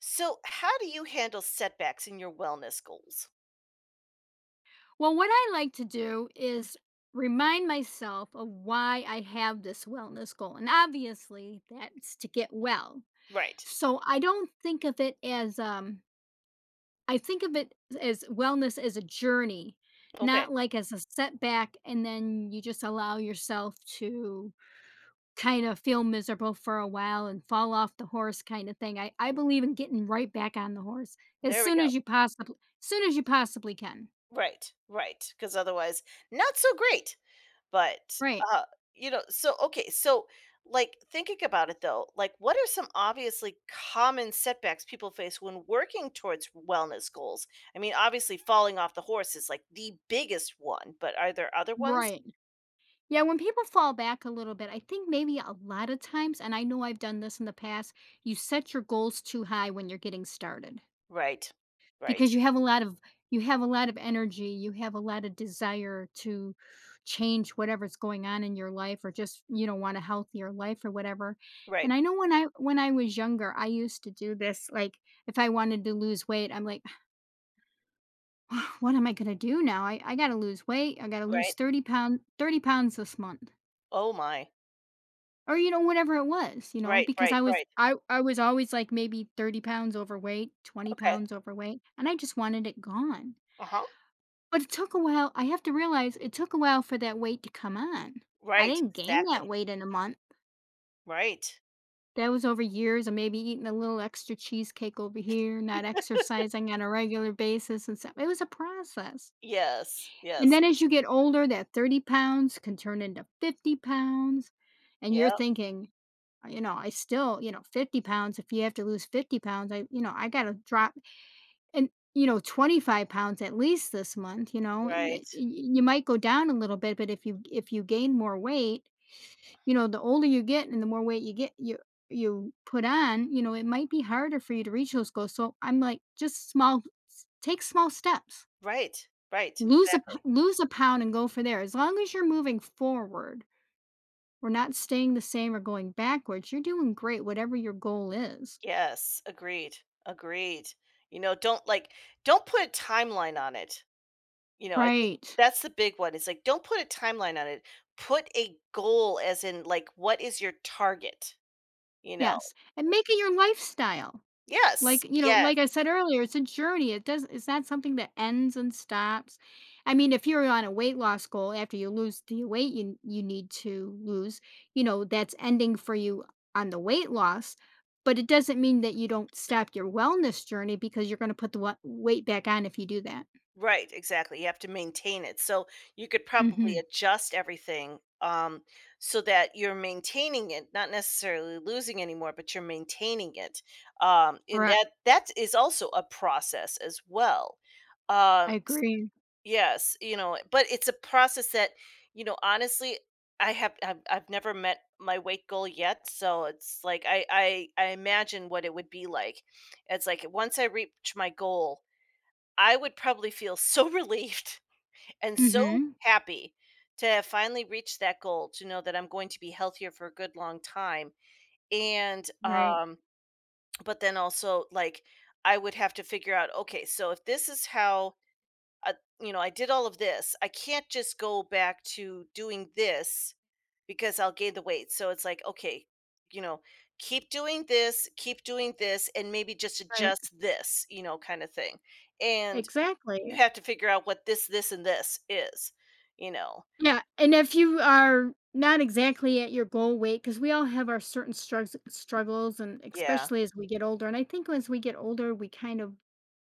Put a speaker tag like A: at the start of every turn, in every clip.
A: So, how do you handle setbacks in your wellness goals?
B: Well, what I like to do is remind myself of why I have this wellness goal. And obviously, that's to get well.
A: Right.
B: So I don't think of it as, I think of it as wellness as a journey,
A: Okay,
B: not like as a setback. And then you just allow yourself to kind of feel miserable for a while and fall off the horse kind of thing. I believe in getting right back on the horse as
A: there we
B: soon
A: go.
B: as you possibly, as soon as you possibly can.
A: Right, right. Because otherwise, not so great. But,
B: Right.
A: uh, you know, so, okay, so like thinking about it though, like what are some obviously common setbacks people face when working towards wellness goals? I mean, obviously, falling off the horse is like the biggest one, but are there other ones?
B: Right. Yeah, when people fall back a little bit, I think maybe a lot of times, and I know I've done this in the past, you set your goals too high when you're getting started
A: Right,
B: because
A: right,
B: you have a lot of energy, you have a lot of desire to change whatever's going on in your life or just, you know, want a healthier life or whatever.
A: right,
B: And I know when I was younger, I used to do this like if I wanted to lose weight, I'm like, what am I going to do now? I got to lose weight. I got to
A: right.
B: lose 30 pounds this month.
A: Oh my.
B: Or, you know, whatever it was, you know,
A: Right,
B: because
A: right,
B: I was
A: right.
B: I I was always, like, maybe 30 pounds overweight, 20
A: Okay.
B: pounds overweight, and I just wanted it gone.
A: Uh huh.
B: But it took a while I have to realize it took a while for that weight to come on. I
A: Right,
B: didn't gain
A: exactly.
B: that weight in a month.
A: Right.
B: That was over years of maybe eating a little extra cheesecake over here, not exercising on a regular basis and stuff. It was a process.
A: Yes,
B: And
A: yes.
B: then as you get older, that 30 pounds can turn into 50 pounds, and you're
A: Yep,
B: thinking you know, I still, you know, 50 pounds. If you have to lose 50 pounds, I, you know, I got to drop and, you know, 25 pounds at least this month, you know,
A: right.
B: you might go down a little bit, but if you gain more weight, you know, the older you get and the more weight you get, you put on, you know, it might be harder for you to reach those goals. So I'm like, take small steps,
A: Right, right, exactly.
B: lose a pound and go for there. As long as you're moving forward, we're not staying the same or going backwards. You're doing great, whatever your goal is.
A: Yes, agreed, agreed. You know, don't, like don't put a timeline on it. You know, I think
B: Right.
A: that's the big one. It's, like, don't put a timeline on it. Put a goal as in, like, what is your target, you know?
B: Yes, and make it your lifestyle. Like,
A: Yes,
B: you know,
A: yes.
B: like I said earlier, it's a journey. It's not something that ends and stops. I mean, if you're on a weight loss goal after you lose the weight you need to lose, you know, that's ending for you on the weight loss, but it doesn't mean that you don't stop your wellness journey because you're gonna put the wa weight back on if you do that.
A: Right, exactly. You have to maintain it. So you could probably
B: Mhm.
A: adjust everything so that you're maintaining it, not necessarily losing anymore, but you're maintaining it. And
B: Correct.
A: that is also a process as well. Um,
B: I agree.
A: yes, you know, but it's a process that, you know, honestly, I've never met my weight goal yet, so it's like I imagine what it would be like. It's like once I reach my goal I would probably feel so relieved and so
B: Mhm.
A: happy to have finally reached that goal, to know that I'm going to be healthier for a good long time. And,
B: Right,
A: but then also, like, I would have to figure out, okay, so if this is how, uh, you know, I did all of this, I can't just go back to doing this because I'll gain the weight. So it's like, okay, you know, keep doing this, and maybe just
B: right.
A: adjust this, you know, kind of thing. And
B: Exactly.
A: you have to figure out what this, and this is, you know.
B: Yeah, and if you are not exactly at your goal weight, because we all have our certain struggs struggles and
A: Yeah.
B: especially as we get older, and I think as we get older, we kind of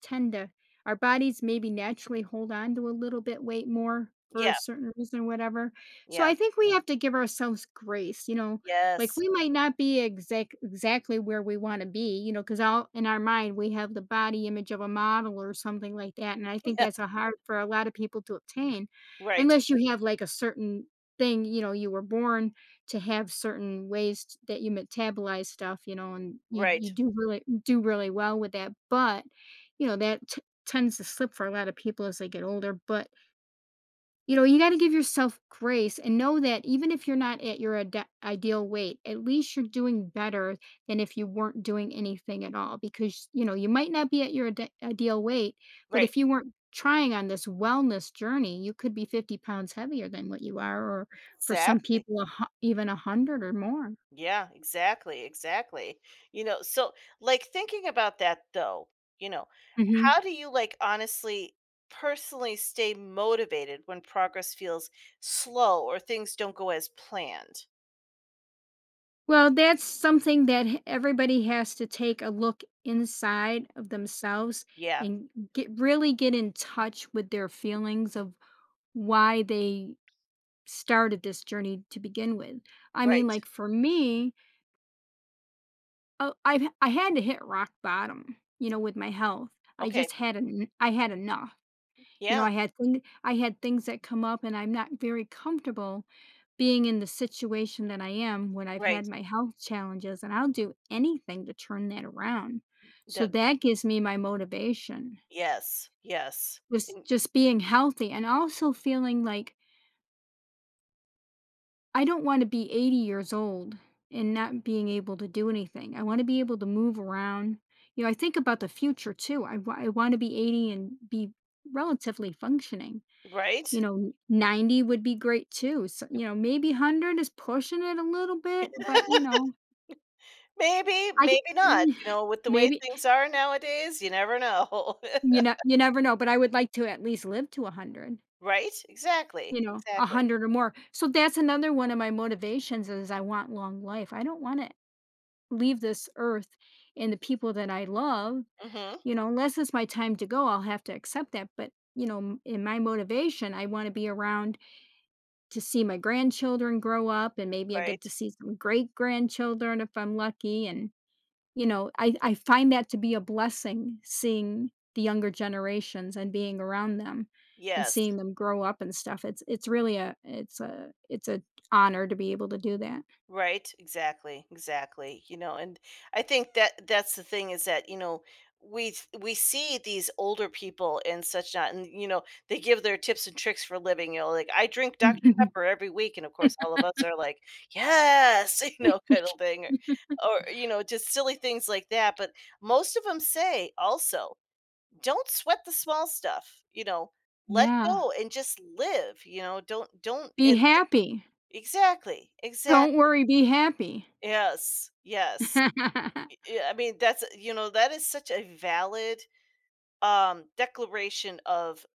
B: tend to our bodies maybe naturally hold on to a little bit weight more for a
A: Yeah.
B: certain reason or whatever. So
A: Yeah.
B: I think we have to give ourselves grace, you know, like
A: Yes.
B: we might not be exactly where we want to be, you know, because all in our mind we have the body image of a model or something like that. And I think
A: Yeah.
B: that's a hard for a lot of people to obtain
A: Right.
B: unless you have like a certain thing, you know, you were born to have certain ways that you metabolize stuff, you know, and
A: Right.
B: you do really do really well with that. But you know, that t tends to slip for a lot of people as they get older, but, you know, you gotta give yourself grace and know that even if you're not at your ideal weight, at least you're doing better than if you weren't doing anything at all because, you know, you might not be at your ideal weight, but
A: Right.
B: if you weren't trying on this wellness journey, you could be 50 pounds heavier than what you are or for some
A: Exactly.
B: people, a hu even 100 or more.
A: Yeah, exactly, exactly. You know, so like thinking about that though, you know,
B: Mhm.
A: how do you like honestly personally stay motivated when progress feels slow or things don't go as planned?
B: Well, that's something that everybody has to take a look inside of themselves
A: Yeah,
B: and get in touch with their feelings of why they started this journey to begin with. I mean,
A: right.
B: like for me, I had to hit rock bottom, you know, with my health. I
A: Okay.
B: just had an I had enough. You know,
A: Yeah,
B: I had things that come up, and I'm not very comfortable being in the situation that I am when I've had
A: right.
B: my health challenges, and I'll do anything to turn that around. So
A: The,
B: that gives me my motivation,
A: yes, yes.
B: was
A: In-
B: just being healthy and also feeling like I don't want to be 80 years old and not being able to do anything. I want to be able to move around. You know, I think about the future too. I want to be 80 and be relatively functioning. You
A: right?
B: know, 90 would be great too, so, you know, maybe 100 is pushing it a little bit, but, you know,
A: Maybe,
B: I get
A: maybe not. You know, with the way
B: maybe
A: things are nowadays, you never know.
B: you know you never know, but I would like to at least live to 100,
A: Right?
B: you
A: Exactly.
B: know,
A: Exactly.
B: 100 or more. So that's another one of my motivations is I want long life. I don't wanna leave this earth and the people that I love,
A: Mhm.
B: you know, unless it's my time to go, I'll have to accept that, but, you know, m in my motivation, I wanna be around to see my grandchildren grow up and maybe I get to
A: Right.
B: see some great grandchildren if I'm lucky. And, you know, I find that to be a blessing seeing the younger generations and being around them and
A: Yes.
B: seeing them grow up and stuff. It's really a honor to be able to do that.
A: Right, exactly, exactly. You know, and I think that that's the thing is that, you know, we see these older people and such not and you know, they give their tips and tricks for living, you know, like I drink Dr. Pepper every week and of course all of us are like, yes, you know, kind of thing or you know, just silly things like that, but most of them say also, don't sweat the small stuff, you know, let
B: Yeah.
A: go and just live, you know, don't
B: Be
A: and
B: happy.
A: exactly.
B: Don't
A: Exactly.
B: worry, be happy.
A: Yes, yes. Y yeah, I mean, that's you know, that is such a valid, declaration of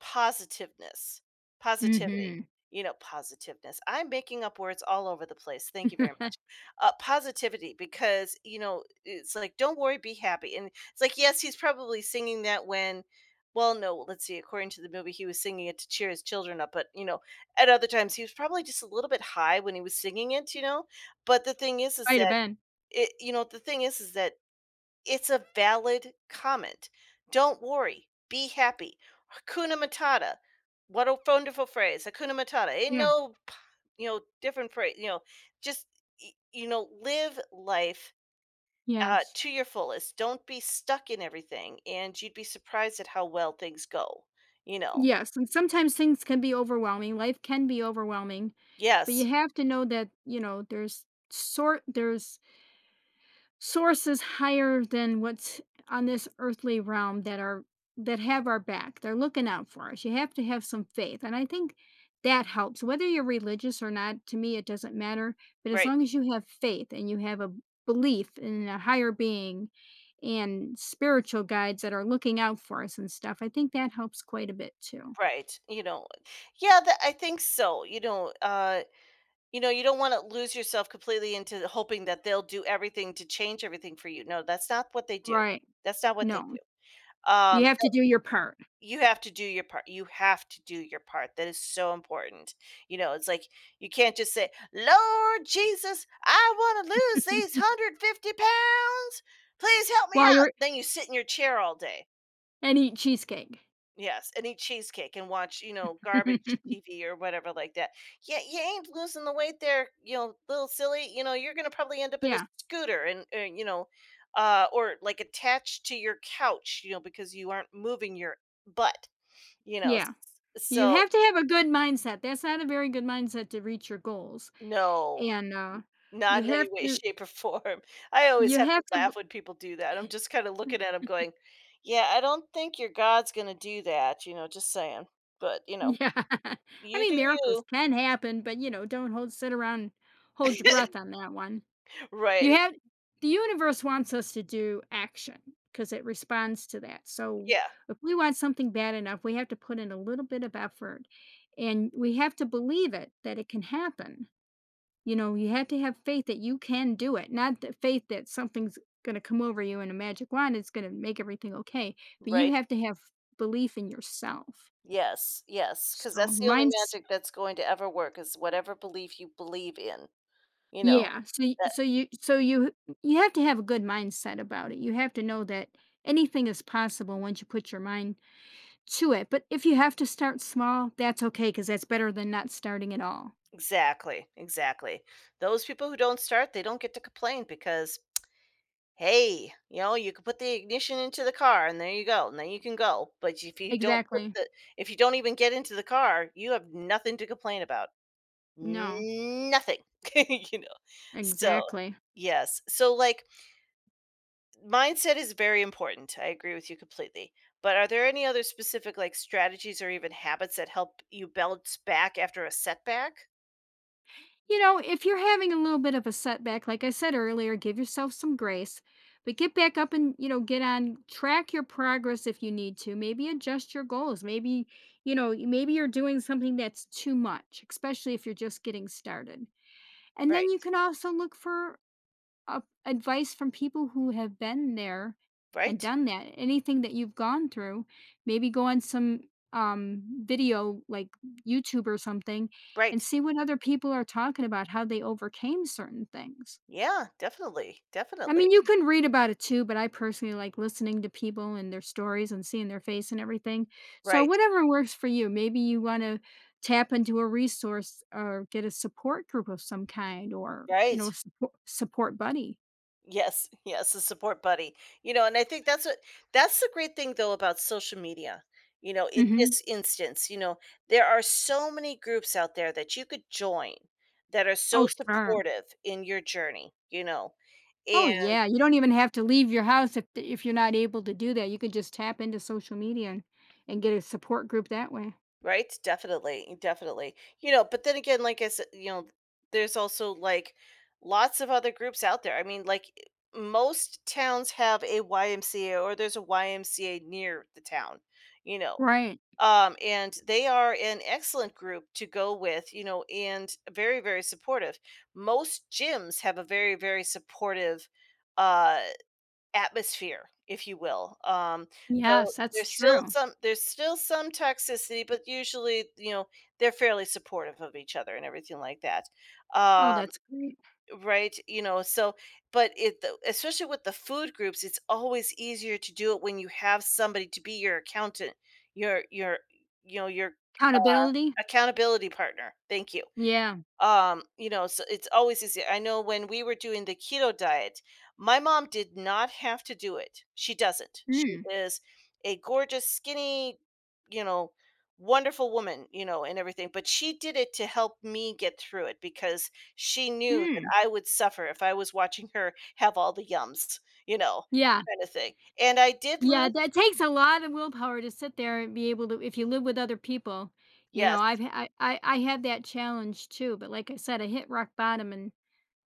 A: positiveness, positivity,
B: Mhm.
A: you know, positiveness. I'm making up words all over the place, thank you very much. Positivity because, you know, it's like, "Don't worry, be happy," and it's like, yes, he's probably singing that when well, no, let's see, according to the movie, he was singing it to cheer his children up, but, you know, at other times, he was probably just a little bit high when he was singing it, you know? But the thing is
B: Might have
A: that
B: been.
A: it you know, the thing is that it's a valid comment. "Don't worry, be happy. Hakuna Matata." What a wonderful phrase, Hakuna Matata. Ain't
B: Yeah.
A: no p you know, different phrase, you know, just, y you know, live life,
B: Yes.
A: to your fullest. Don't be stuck in everything, and you'd be surprised at how well things go, you know?
B: Yes, and sometimes things can be overwhelming, life can be overwhelming, but you
A: Yes.
B: have to know that, you know, there's sort there's sources higher than what's on this earthly realm that are that have our back. They're looking out for us. You have to have some faith, and I think that helps. Whether you're religious or not, to me it doesn't matter, but as
A: Right,
B: long as you have faith and you have a belief in a higher being and spiritual guides that are looking out for us and stuff, I think that helps quite a bit too.
A: right, you know? Yeah, that I think so, you know, You know, you don't wanna lose yourself completely into hoping that they'll do everything to change everything for you. No, that's not what they do.
B: Right.
A: That's not what they
B: No.
A: do.
B: You have to
A: They'll
B: do your part
A: you have to do your part. You have to do your part. That is so important. You know, it's like you can't just say, "Lord Jesus, I wanna lose these 150 pounds. Please help me
B: while
A: out."
B: you're
A: Then you sit in your chair all day.
B: and eat cheesecake.
A: Yes, and eat cheesecake and watch, you know, garbage TV or whatever like that. Yeah, you ain't losing the weight there, you know, little silly. You know, you're gonna probably end up in a
B: Yeah.
A: scooter and, you know, or like attached to your couch, you know, because you aren't moving your butt. You know, S-
B: Yeah. You
A: so
B: have to have a good mindset. That's not a very good mindset to reach your goals.
A: no,
B: And,
A: not
B: you
A: in any
B: have
A: way,
B: to
A: shape, or form. I always
B: you
A: have to
B: have to b
A: laugh when people do that. I'm just kind of looking at them, going, "Yeah, I don't think your God's gonna do that." You know, just saying. But you know,
B: Yeah. I
A: you do
B: mean, miracles
A: you.
B: can happen, but, you know, don't hold sit around hold your breath on that one.
A: Right,
B: You
A: e
B: have the universe wants us to do action because it responds to that. So
A: yeah,
B: if we want something bad enough, we have to put in a little bit of effort and we have to believe it that it can happen. You know, you have to have faith that you can do it, not the faith that something's going to come over you and a magic wand is going to make everything okay, but you
A: right,
B: have to have belief in yourself.
A: yes, yes. Because
B: So
A: that's the only
B: mine's
A: magic that's going to ever work is whatever belief you believe in, you know,
B: Yeah, so y
A: that
B: so you so you you have to have a good mindset about it. You have to know that anything is possible once you put your mind to it, but if you have to start small, that's okay, because that's better than not starting at all.
A: Exactly, exactly. Those people who don't start, they don't get to complain because, hey, you know, you can put the ignition into the car and there you go, and then you can go, but if you don't put
B: Exactly.
A: the if you don't even get into the car, you have nothing to complain about.
B: No,
A: Nothing, you know, so
B: exactly.
A: Yes, so, like Mindset is very important. I agree with you completely. But are there any other specific like strategies or even habits that help you bounce back after a setback?
B: You know, if you're having a little bit of a setback, like I said earlier, give yourself some grace, but get back up and, you know, get on track your progress if you need to. Maybe adjust your goals. Maybe, you know, maybe you're doing something that's too much, especially if you're just getting started. And then you
A: Right.
B: can also look for up advice from people who have been there and
A: Right.
B: done that. Anything that you've gone through, maybe go on some video like YouTube or something and
A: Right.
B: see what other people are talking about, how they overcame certain things.
A: Yeah, definitely.
B: I
A: Definitely.
B: mean, you can read about it too, but I personally like listening to people and their stories and seeing their face and everything. So
A: Right.
B: whatever works for you, maybe you want to tap into a resource or get a support group of some kind or, you know,
A: Right.
B: support buddy.
A: Yes. Yes, a support buddy. You know, and I think that's what that's the great thing though about social media. You know, in
B: Mhm.
A: this instance, you know, there are so many groups out there that you could join that are so
B: Oh, sure.
A: supportive in your journey, you know.
B: Oh,
A: And
B: yeah, you don't even have to leave your house if you're not able to do that, you could just tap into social media and get a support group that way.
A: Right? Definitely, definitely. You know, but then again, like I said, you know, there's also like lots of other groups out there. I mean, like I- most towns have a YMCA or there's a YMCA near the town, you know.
B: Right.
A: And they are an excellent group to go with, you know, and very, very supportive. Most gyms have a very, very supportive uh atmosphere, if you will. Though
B: Yes, that's
A: there's still
B: true.
A: some there's still some toxicity, but usually, you know, they're fairly supportive of each other and everything like that.
B: Oh,
A: Um,
B: that's great.
A: right? You know, so but it the- especially with the food groups, it's always easier to do it when you have somebody to be your accountant, your you know, your uh
B: Accountability?
A: accountability partner. Thank you
B: Yeah.
A: you know so it's always easy I know when we were doing the keto diet my mom did not have to do it she doesn't she
B: Mm,
A: is a gorgeous skinny you know wonderful woman you know and everything but she did it to help me get through it because she knew that
B: mm.
A: I would suffer if I was watching her have all the yums you know
B: Yeah,
A: kind of thing and I did
B: yeah,
A: lose
B: that takes a lot of willpower to sit there and be able to if you live with other people, you
A: yes.
B: know, I've ha I had that challenge too, but like I said, I hit rock bottom and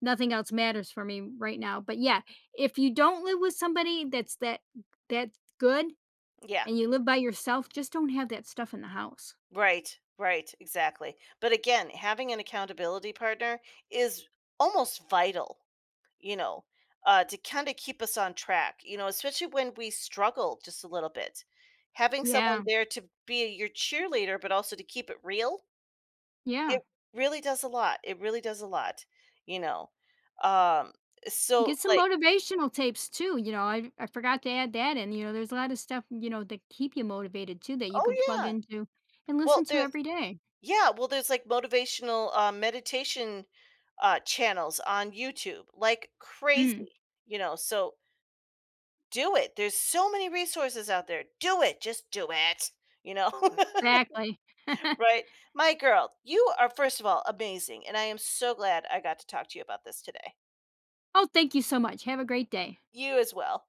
B: nothing else matters for me right now, but yeah, if you don't live with somebody that's that that good
A: Yeah.
B: and you live by yourself, just don't have that stuff in the house.
A: Right, right, exactly. But again, having an accountability partner is almost vital, you know, to kind of keep us on track, you know, especially when we struggle just a little bit. Having someone
B: Yeah,
A: there to be your cheerleader, but also to keep it real,
B: yeah.
A: it really does a lot. It really does a lot, you know. Um, so
B: Get some
A: like,
B: motivational tapes too, you know, I forgot to add that in, you know, there's a lot of stuff, you know, that keep you motivated too that you can
A: oh
B: plug
A: yeah.
B: into and
A: Well,
B: listen to
A: there's
B: every day.
A: Yeah, well, there's like motivational meditation channels on YouTube, like
B: Mm,
A: crazy, you know. So do it. There's so many resources out there. Do it. Just do it. You know,
B: exactly.
A: right? My girl, you are first of all amazing, and I am so glad I got to talk to you about this today.
B: Oh, thank you so much. Have a great day.
A: You as well.